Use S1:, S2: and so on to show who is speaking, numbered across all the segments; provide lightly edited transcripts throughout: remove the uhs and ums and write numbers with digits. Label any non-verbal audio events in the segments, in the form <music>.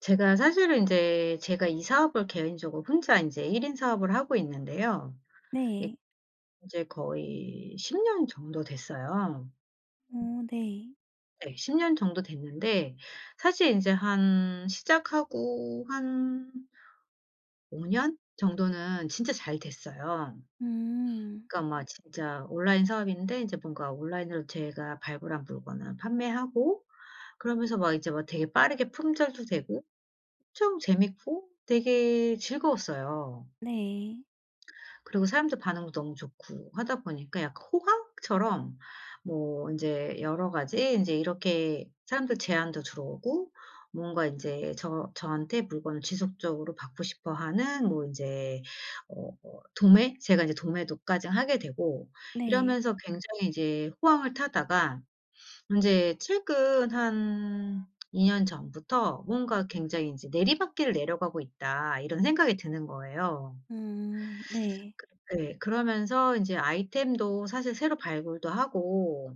S1: 제가 사실은 인제 제가 이 사업을 개인적으로 혼자 인제 1인 인 사업을 하고 있는데요. 이게
S2: 네.
S1: 인제 거의 10년 정도 됐어요.
S2: 어 네.
S1: 네, 10년 정도 됐는데 사실 인제 한 시작하고 한 5년 정도는 진짜 잘 됐어요.
S2: 음.
S1: 그러니까 막 진짜 온라인 사업인데 인제 뭔가 온라인으로 제가 발굴한 물건을 판매하고, 그러면서 막 이제 막 되게 빠르게 품절도 되고 엄청 재밌고 되게 즐거웠어요.
S2: 네.
S1: 그리고 사람들 반응도 너무 좋고 하다 보니까 약간 호황처럼 뭐 인제 여러 가지 인제 이렇게 사람들 제안도 들어오고, 뭔가 인제 저한테 물건을 지속적으로 받고 싶어 하는 뭐 인제 도매? 제가 인제 도매도까지 하게 되고,
S2: 네.
S1: 이러면서 굉장히 이제 호황을 타다가 인제 최근 한 2년 전부터 뭔가 굉장히 인제 '내리막길을 내려가고 있다.' 이런 생각이 드는 거예요.
S2: 네.
S1: 네. 그러면서 인제 아이템도 사실 새로 발굴도 하고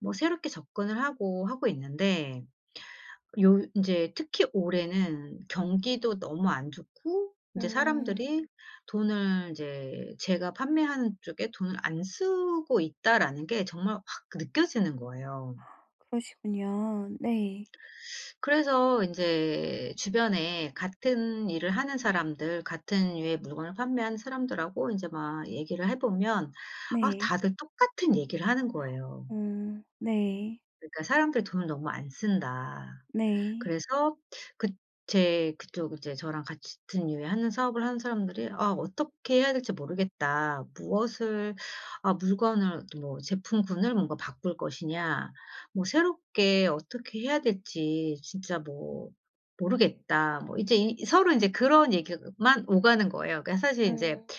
S1: 뭐 새롭게 접근을 하고 있는데 요 인제 특히 올해는 경기도 너무 안 좋고 인제
S2: 음.
S1: 사람들이 돈을 인제 제가 판매하는 쪽에 돈을 안 쓰고 있다라는 게 정말 확 느껴지는 거예요.
S2: 그러시군요. 네.
S1: 그래서 인제 주변에 같은 일을 하는 사람들, 같은 유의 물건을 판매하는 사람들하고 인제 막 얘기를 해 보면, 아,
S2: 네.
S1: 다들 똑같은 얘기를 하는 거예요.
S2: 네.
S1: 그러니까 "사람들이 돈을 너무 안 쓴다."
S2: 네.
S1: 그래서 그 제 그쪽 이제 저랑 같은 유에 하는 사업을 하는 사람들이 "아, 어떻게 해야 될지 모르겠다. 무엇을 아 물건을 뭐 제품군을 뭔가 바꿀 것이냐. 뭐 새롭게 어떻게 해야 될지 진짜 뭐 모르겠다." 뭐 이제 이 서로 인제 그런 얘기만 오가는 거예요. 그러니까 사실 인제
S2: 음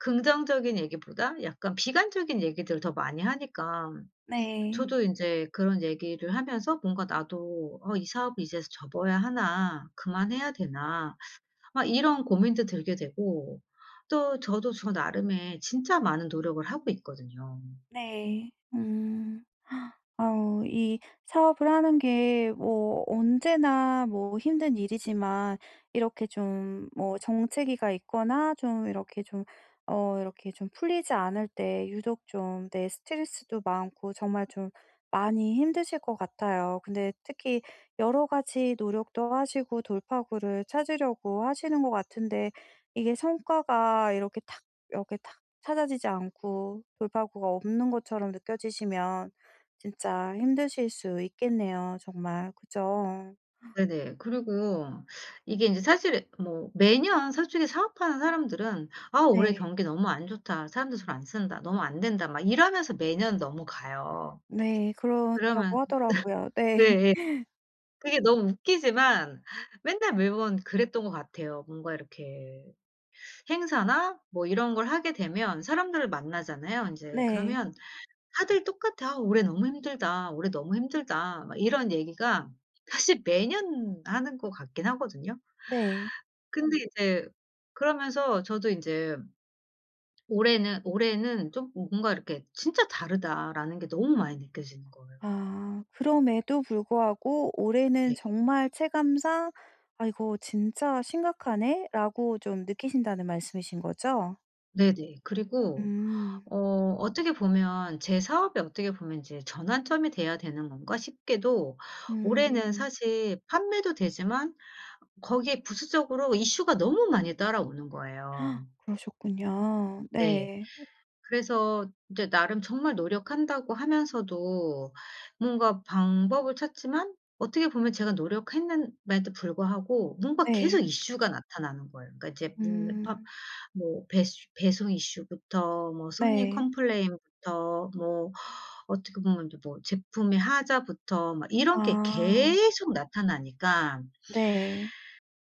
S1: 긍정적인 얘기보다 약간 비관적인 얘기들을 더 많이 하니까
S2: 네.
S1: 저도 인제 그런 얘기를 하면서 뭔가 나도 '어 이 사업을 이제 접어야 하나. 그만해야 되나.' 막 이런 고민도 들게 되고, 또 저도 저 나름의 진짜 많은 노력을 하고 있거든요.
S2: 네. 음. 아우 이 사업을 하는 게 뭐 언제나 뭐 힘든 일이지만 이렇게 좀 뭐 정체기가 있거나 좀 이렇게 좀 이렇게 좀 풀리지 않을 때 유독 좀 내 스트레스도 많고 정말 좀 많이 힘드실 것 같아요. 근데 특히 여러 가지 노력도 하시고 돌파구를 찾으려고 하시는 것 같은데 이게 성과가 이렇게 탁 이렇게 찾아지지 않고 돌파구가 없는 것처럼 느껴지시면 진짜 힘드실 수 있겠네요 정말. 그죠?
S1: 네네. 그리고 이게 인제 사실 뭐 매년 솔직히 사업하는 사람들은 '아 올해
S2: 네.
S1: 경기 너무 안 좋다. 사람들 잘 안 쓴다. 너무 안 된다.' 막 이러면서 매년 넘어가요.
S2: 네.
S1: 그러면
S2: 그렇다고 하더라고요. 네.
S1: 예예.
S2: <laughs>
S1: 그게 너무 웃기지만 맨날 매번 그랬던 것 같아요. 뭔가 이렇게 행사나 뭐 이런 걸 하게 되면 사람들을 만나잖아요 인제.
S2: 네.
S1: 그러면 다들 똑같아. "아 올해 너무 힘들다. 올해 너무 힘들다." 막 이런 얘기가 사실 매년 하는 것 같긴 하거든요.
S2: 네.
S1: 근데 이제 그러면서 저도 인제 올해는 좀 뭔가 이렇게 '진짜 다르다.'라는 게 너무 많이 느껴지는 거예요.
S2: 아 그럼에도 불구하고
S1: 네.
S2: 올해는 정말 체감상 '아 이거 진짜 심각하네.'라고 좀 느끼신다는 말씀이신 거죠?
S1: 네네. 그리고
S2: 음.
S1: 어 어떻게 보면 제 사업이 어떻게 보면 이제 전환점이 돼야 되는 건가 싶게도, 올해는
S2: 음.
S1: 사실 판매도 되지만 거기에 부수적으로 이슈가 너무 많이 따라오는
S2: <gasps> 아,
S1: 거예요.
S2: 그러셨군요.
S1: 네.
S2: 네.
S1: 그래서 이제 나름 정말 노력한다고 하면서도 뭔가 방법을 찾지만, 어떻게 보면 제가 노력했는데도 불구하고 뭔가 계속
S2: 네.
S1: 이슈가 나타나는 거예요. 그러니까 이제 밥
S2: 음.
S1: 뭐 배수 배송 이슈부터 뭐 손님
S2: 네.
S1: 컴플레인부터 뭐 어떻게 보면 이제 뭐 제품의 하자부터 막 이런 게
S2: 아.
S1: 계속 나타나니까
S2: 네.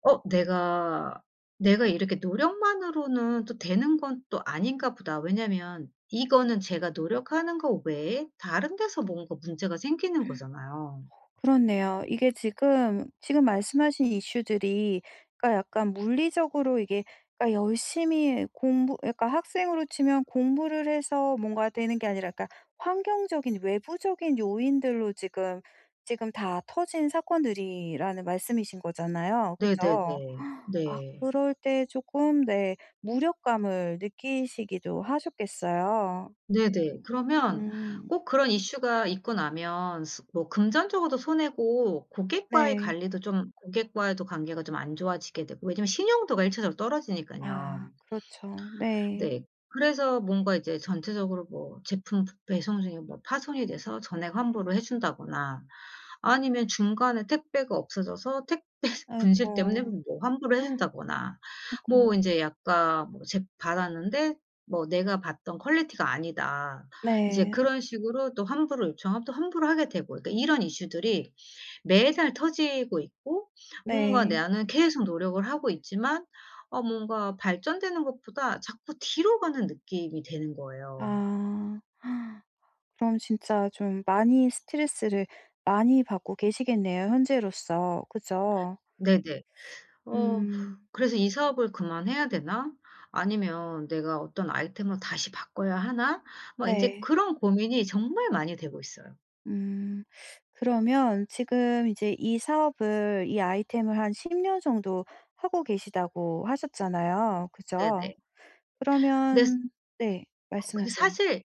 S1: '어 내가 이렇게 노력만으로는 또 되는 건 또 아닌가 보다.' 왜냐면 이거는 제가 노력하는 거 외에 다른 데서 뭔가 문제가 생기는 거잖아요.
S2: 그렇네요. 이게 지금 말씀하신 이슈들이 그러니까 약간 물리적으로 이게 그러니까 열심히 공부 그러니까 학생으로 치면 공부를 해서 뭔가 되는 게 아니라 그러니까 환경적인 외부적인 요인들로 지금 다 터진 사건들이라는 말씀이신 거잖아요. 그죠?
S1: 네네네.
S2: 아
S1: 네.
S2: 그럴 때 조금 네 무력감을 느끼시기도 하셨겠어요.
S1: 네네. 그러면
S2: 음
S1: 꼭 그런 이슈가 있고 나면 스 뭐 금전적으로도 손해고, 고객과의
S2: 네.
S1: 관리도 좀, 고객과의 도 관계가 좀 안 좋아지게 되고, 왜냐면 신용도가 1차적 차적으로 떨어지니까요.
S2: 아 그렇죠. 네.
S1: 네. 그래서 뭔가 이제 전체적으로 뭐 제품 배송 중에 뭐 파손이 돼서 전액 환불을 해 준다거나, 아니면 중간에 택배가 없어져서 택배 <laughs>
S2: 아이고.
S1: 분실 때문에 뭐 환불을 해 준다거나,
S2: 아이고.
S1: 뭐 이제 약간 뭐 제 받았는데 뭐 "내가 봤던 퀄리티가 아니다." 이제
S2: 네.
S1: 그런 식으로 또 환불을 요청하면 또 환불을 하게 되고, 그러니까 이런 이슈들이 매달 터지고 있고, 뭔가
S2: 네.
S1: 나는 계속 노력을 하고 있지만 뭔가 발전되는 것보다 자꾸 뒤로 가는 느낌이 되는 거예요.
S2: 아. <gasps> 그럼 진짜 좀 많이 스트레스를 많이 받고 계시겠네요, 현재로서. 그죠?
S1: 네네. 어
S2: 음.
S1: 그래서 '이 사업을 그만해야 되나? 아니면 내가 어떤 아이템을 다시 바꿔야 하나?' 막 인제
S2: 네.
S1: 그런 고민이 정말 많이 되고 있어요.
S2: 음. 그러면 지금 이제 이 사업을 이 아이템을 한 10년 정도 하고 계시다고 하셨잖아요. 그죠?
S1: 네네. 근데 스
S2: 그러면 네.
S1: 어 근데
S2: 말씀하세요.
S1: 사실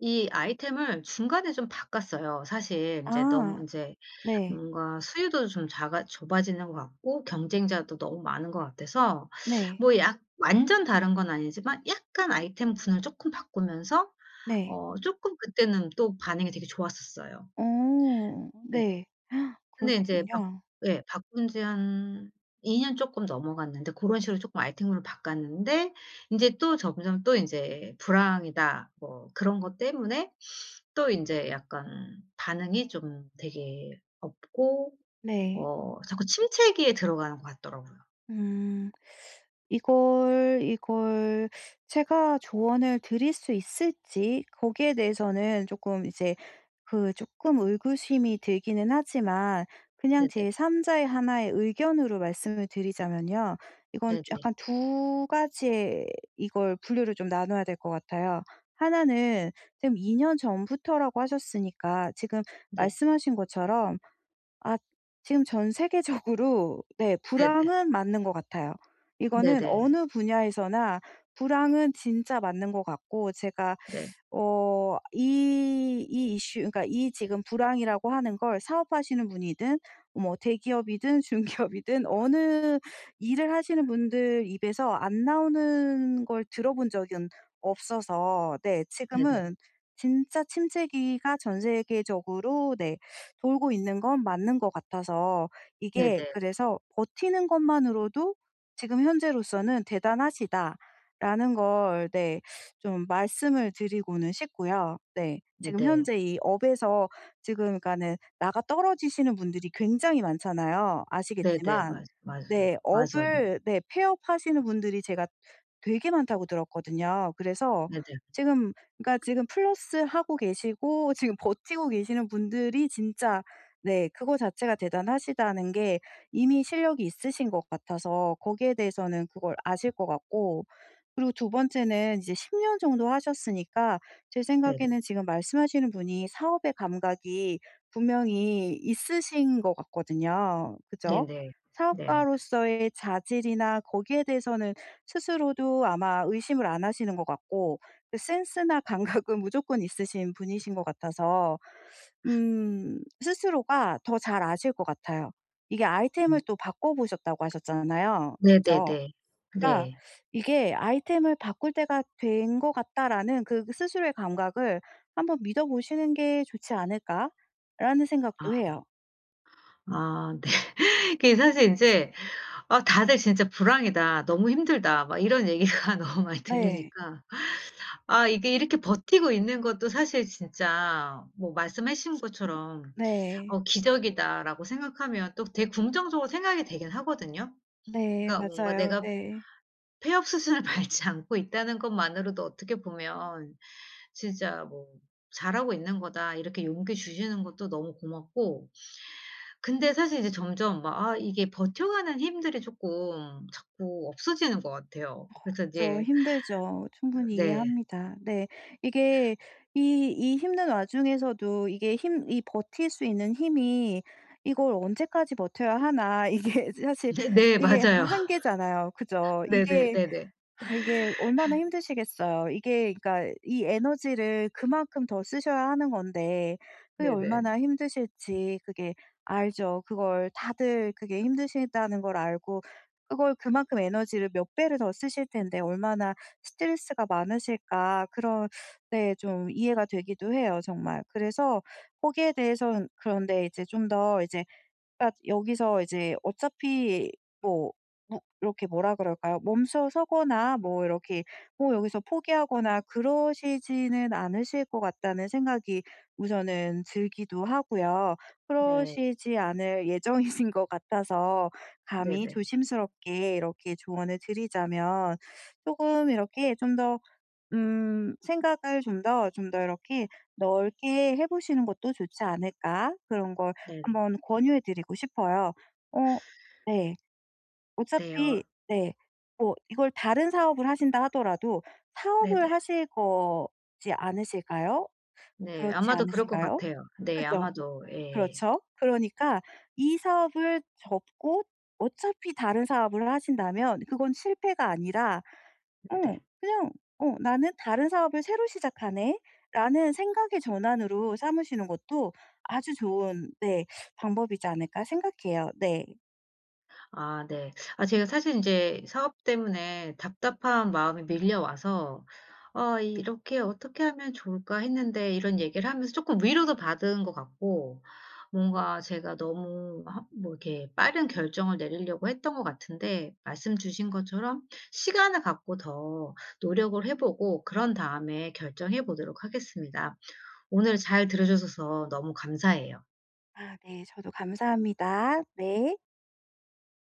S1: 이 아이템을 중간에 좀 바꿨어요. 사실 인제 너무
S2: 아.
S1: 인제
S2: 네.
S1: 뭔가 수요도 좀 작아 좁아지는 것 같고 경쟁자도 너무 많은 것 같아서
S2: 네.
S1: 뭐 약 완전 다른 건 아니지만 약간 아이템 군을 쪼끔 바꾸면서,
S2: 네.
S1: 쪼끔 그때는 또 반응이 되게 좋았었어요.
S2: 어
S1: 네.
S2: 네.
S1: 근데 인제 박
S2: 그러셨군요.
S1: 예, 바꾼 지 한 2년 년 쪼끔 넘어갔는데 고런 식으로 쪼끔 알팅으로 바꿨는데, 인제 또 점점 또 인제 불황이다 뭐 그런 것 때문에 또 인제 약간 반응이 좀 되게 없고
S2: 네.
S1: 자꾸 침체기에 들어가는 것 같더라고요.
S2: 음. 이걸 제가 조언을 드릴 수 있을지 거기에 대해서는 쪼끔 이제 그 쪼끔 의구심이 들기는 하지만 그냥
S1: 네네.
S2: 제 3 자의 하나의 의견으로 말씀을 드리자면요. 이건
S1: 네네.
S2: 약간 두 가지의 이걸 분류를 좀 나눠야 될 것 같아요. 하나는 지금 2년 전부터라고 하셨으니까 지금
S1: 네.
S2: 말씀하신 것처럼 아 지금 전 세계적으로 네
S1: 네네.
S2: 불황은 맞는 것 같아요. 이거는
S1: 네네.
S2: 어느 분야에서나 불황은 진짜 맞는 것 같고 제가
S1: 네.
S2: 이 이슈 그러니까 이 지금 불황이라고 하는 걸 사업하시는 분이든 뭐 대기업이든 <laughs> 중기업이든 어느 일을 하시는 분들 입에서 안 나오는 걸 들어본 적은 없어서 네
S1: 네네.
S2: 지금은 진짜 침체기가 전 세계적으로 네 돌고 있는 건 맞는 것 같아서 이게
S1: 네네.
S2: 그래서 '버티는 것만으로도 지금 현재로서는 대단하시다.'라는 걸네 좀 말씀을 드리고는 싶고요. 네. 지금
S1: 네네.
S2: 현재 이 업에서 지금 그러니까는 나가 떨어지시는 분들이 굉장히 많잖아요,
S1: 네네.
S2: 아시겠지만.
S1: 맞 맞아요.
S2: 네.
S1: 맞아요.
S2: 업을 네 폐업하시는 분들이 제가 되게 많다고 들었거든요. 그래서
S1: 네네.
S2: 지금 그러니까 지금 플러스하고 계시고 지금 버티고 계시는 분들이 진짜 네 그거 자체가 대단하시다는 게 이미 실력이 있으신 것 같아서 거기에 대해서는 그걸 아실 것 같고 그리고 두 번째는 이제 10년 정도 하셨으니까 제
S1: 네네.
S2: 생각에는 지금 말씀하시는 분이 사업의 감각이 분명히 있으신 것 같거든요. 그죠?
S1: 네네. 네.
S2: 사업가로서의 자질이나 거기에 대해서는 스스로도 아마 의심을 안 하시는 것 같고 그 센스나 감각은 <laughs> 무조건 있으신 분이신 것 같아서 스스로가 더 잘 아실 것 같아요. 이게
S1: 음.
S2: 아이템을 또 바꿔 보셨다고 하셨잖아요. 그죠?
S1: 네네네.
S2: 그러니까
S1: 네.
S2: 이게 '아이템을 바꿀 때가 된 것 같다.'라는 그 스스로의 감각을 한번 믿어 보시는 게 좋지 않을까라는 생각도
S1: 아
S2: 해요.
S1: 네. <laughs> 그게 사실 인제, 아, 다들 진짜 "불황이다. 너무 힘들다." 막 이런 얘기가 <laughs> 너무 많이
S2: 네.
S1: 들리니까, 아, 이게 이렇게 버티고 있는 것도 사실 진짜 뭐 말씀하신 것처럼
S2: 네.
S1: '기적이다.'라고 생각하면 또 되게 긍정적으로 생각이 되긴 하거든요.
S2: 네.
S1: 그러니까 뭔가
S2: 맞아요.
S1: 내가
S2: 네.
S1: 폐업 수순을 <laughs> 밟지 않고 있다는 것만으로도 어떻게 보면 진짜 뭐 '잘하고 있는 거다.' 이렇게 용기 주시는 것도 너무 고맙고, 근데 사실 이제 점점 막 이게 버텨가는 힘들이 조금 자꾸 없어지는 것 같아요. 그래서
S2: 그쵸.
S1: 이제.
S2: 힘들죠. 충분히
S1: 네.
S2: 이해합니다. 네. 이게 이 힘든 와중에서도 이게 힘 이 버틸 수 있는 힘이 '이걸 언제까지 버텨야 하나.' <laughs> 이게 사실
S1: 네 네
S2: 이게
S1: 맞아요. <laughs>
S2: 한계잖아요. 그죠?
S1: 네네
S2: 이게
S1: 네네.
S2: 아 이게 얼마나 힘드시겠어요. 이게 그러니까 이 에너지를 그만큼 더 쓰셔야 하는 건데 그게
S1: 네네.
S2: 얼마나 힘드실지 그게 알죠. 그걸 다들 그게 힘드시다는 걸 알고 그걸 그만큼 에너지를 몇 배를 더 쓰실 텐데 얼마나 스트레스가 많으실까 그런 네 좀 이해가 되기도 해요 정말. 그래서 거기에 대해서 그런데 이제 좀 더 이제 그러니까 여기서 이제 어차피 뭐 뭐 이렇게 뭐라 그럴까요? 멈춰서거나 뭐 이렇게 뭐 여기서 포기하거나 그러시지는 않으실 것 같다는 생각이 우선은 들기도 하고요.
S1: 네.
S2: 그러시지 않을 예정이신 것 같아서 감히
S1: 네네.
S2: 조심스럽게 이렇게 조언을 드리자면 조금 이렇게 좀더 생각을 좀 더 좀 더 이렇게 넓게 해 보시는 것도 좋지 않을까 그런 걸
S1: 네네.
S2: 한번 권유해 드리고 싶어요. 어 네. 어차피
S1: 네요.
S2: 네. 뭐 이걸 다른 사업을 하신다 하더라도
S1: 네네.
S2: 사업을 하실 거지 않으실까요?
S1: 네.
S2: 그렇지
S1: 아마도 그럴 것
S2: 않으신가요?
S1: 같아요. 네,
S2: 그죠.
S1: 아마도. 예.
S2: 그렇죠. 그러니까 이 사업을 접고 어차피 다른 사업을 하신다면 그건 실패가 아니라 어
S1: 네네.
S2: 그냥 '나는 다른 사업을 새로 시작하네.'라는 생각의 전환으로 삼으시는 것도 아주 좋은 네 방법이지 않을까 생각해요. 네.
S1: 아 네. 제가 사실 이제 사업 때문에 답답한 마음이 밀려와서 '아 이렇게 어떻게 하면 좋을까?' 했는데, 이런 얘기를 하면서 조금 위로도 받은 것 같고, 뭔가 제가 너무 하 뭐 이렇게 빠른 결정을 내리려고 했던 것 같은데, 말씀 주신 것처럼 시간을 갖고 더 노력을 해 보고 그런 다음에 결정해 보도록 하겠습니다. 오늘 잘 들어 주셔서 너무 감사해요.
S2: 아 네. 저도 감사합니다. 네.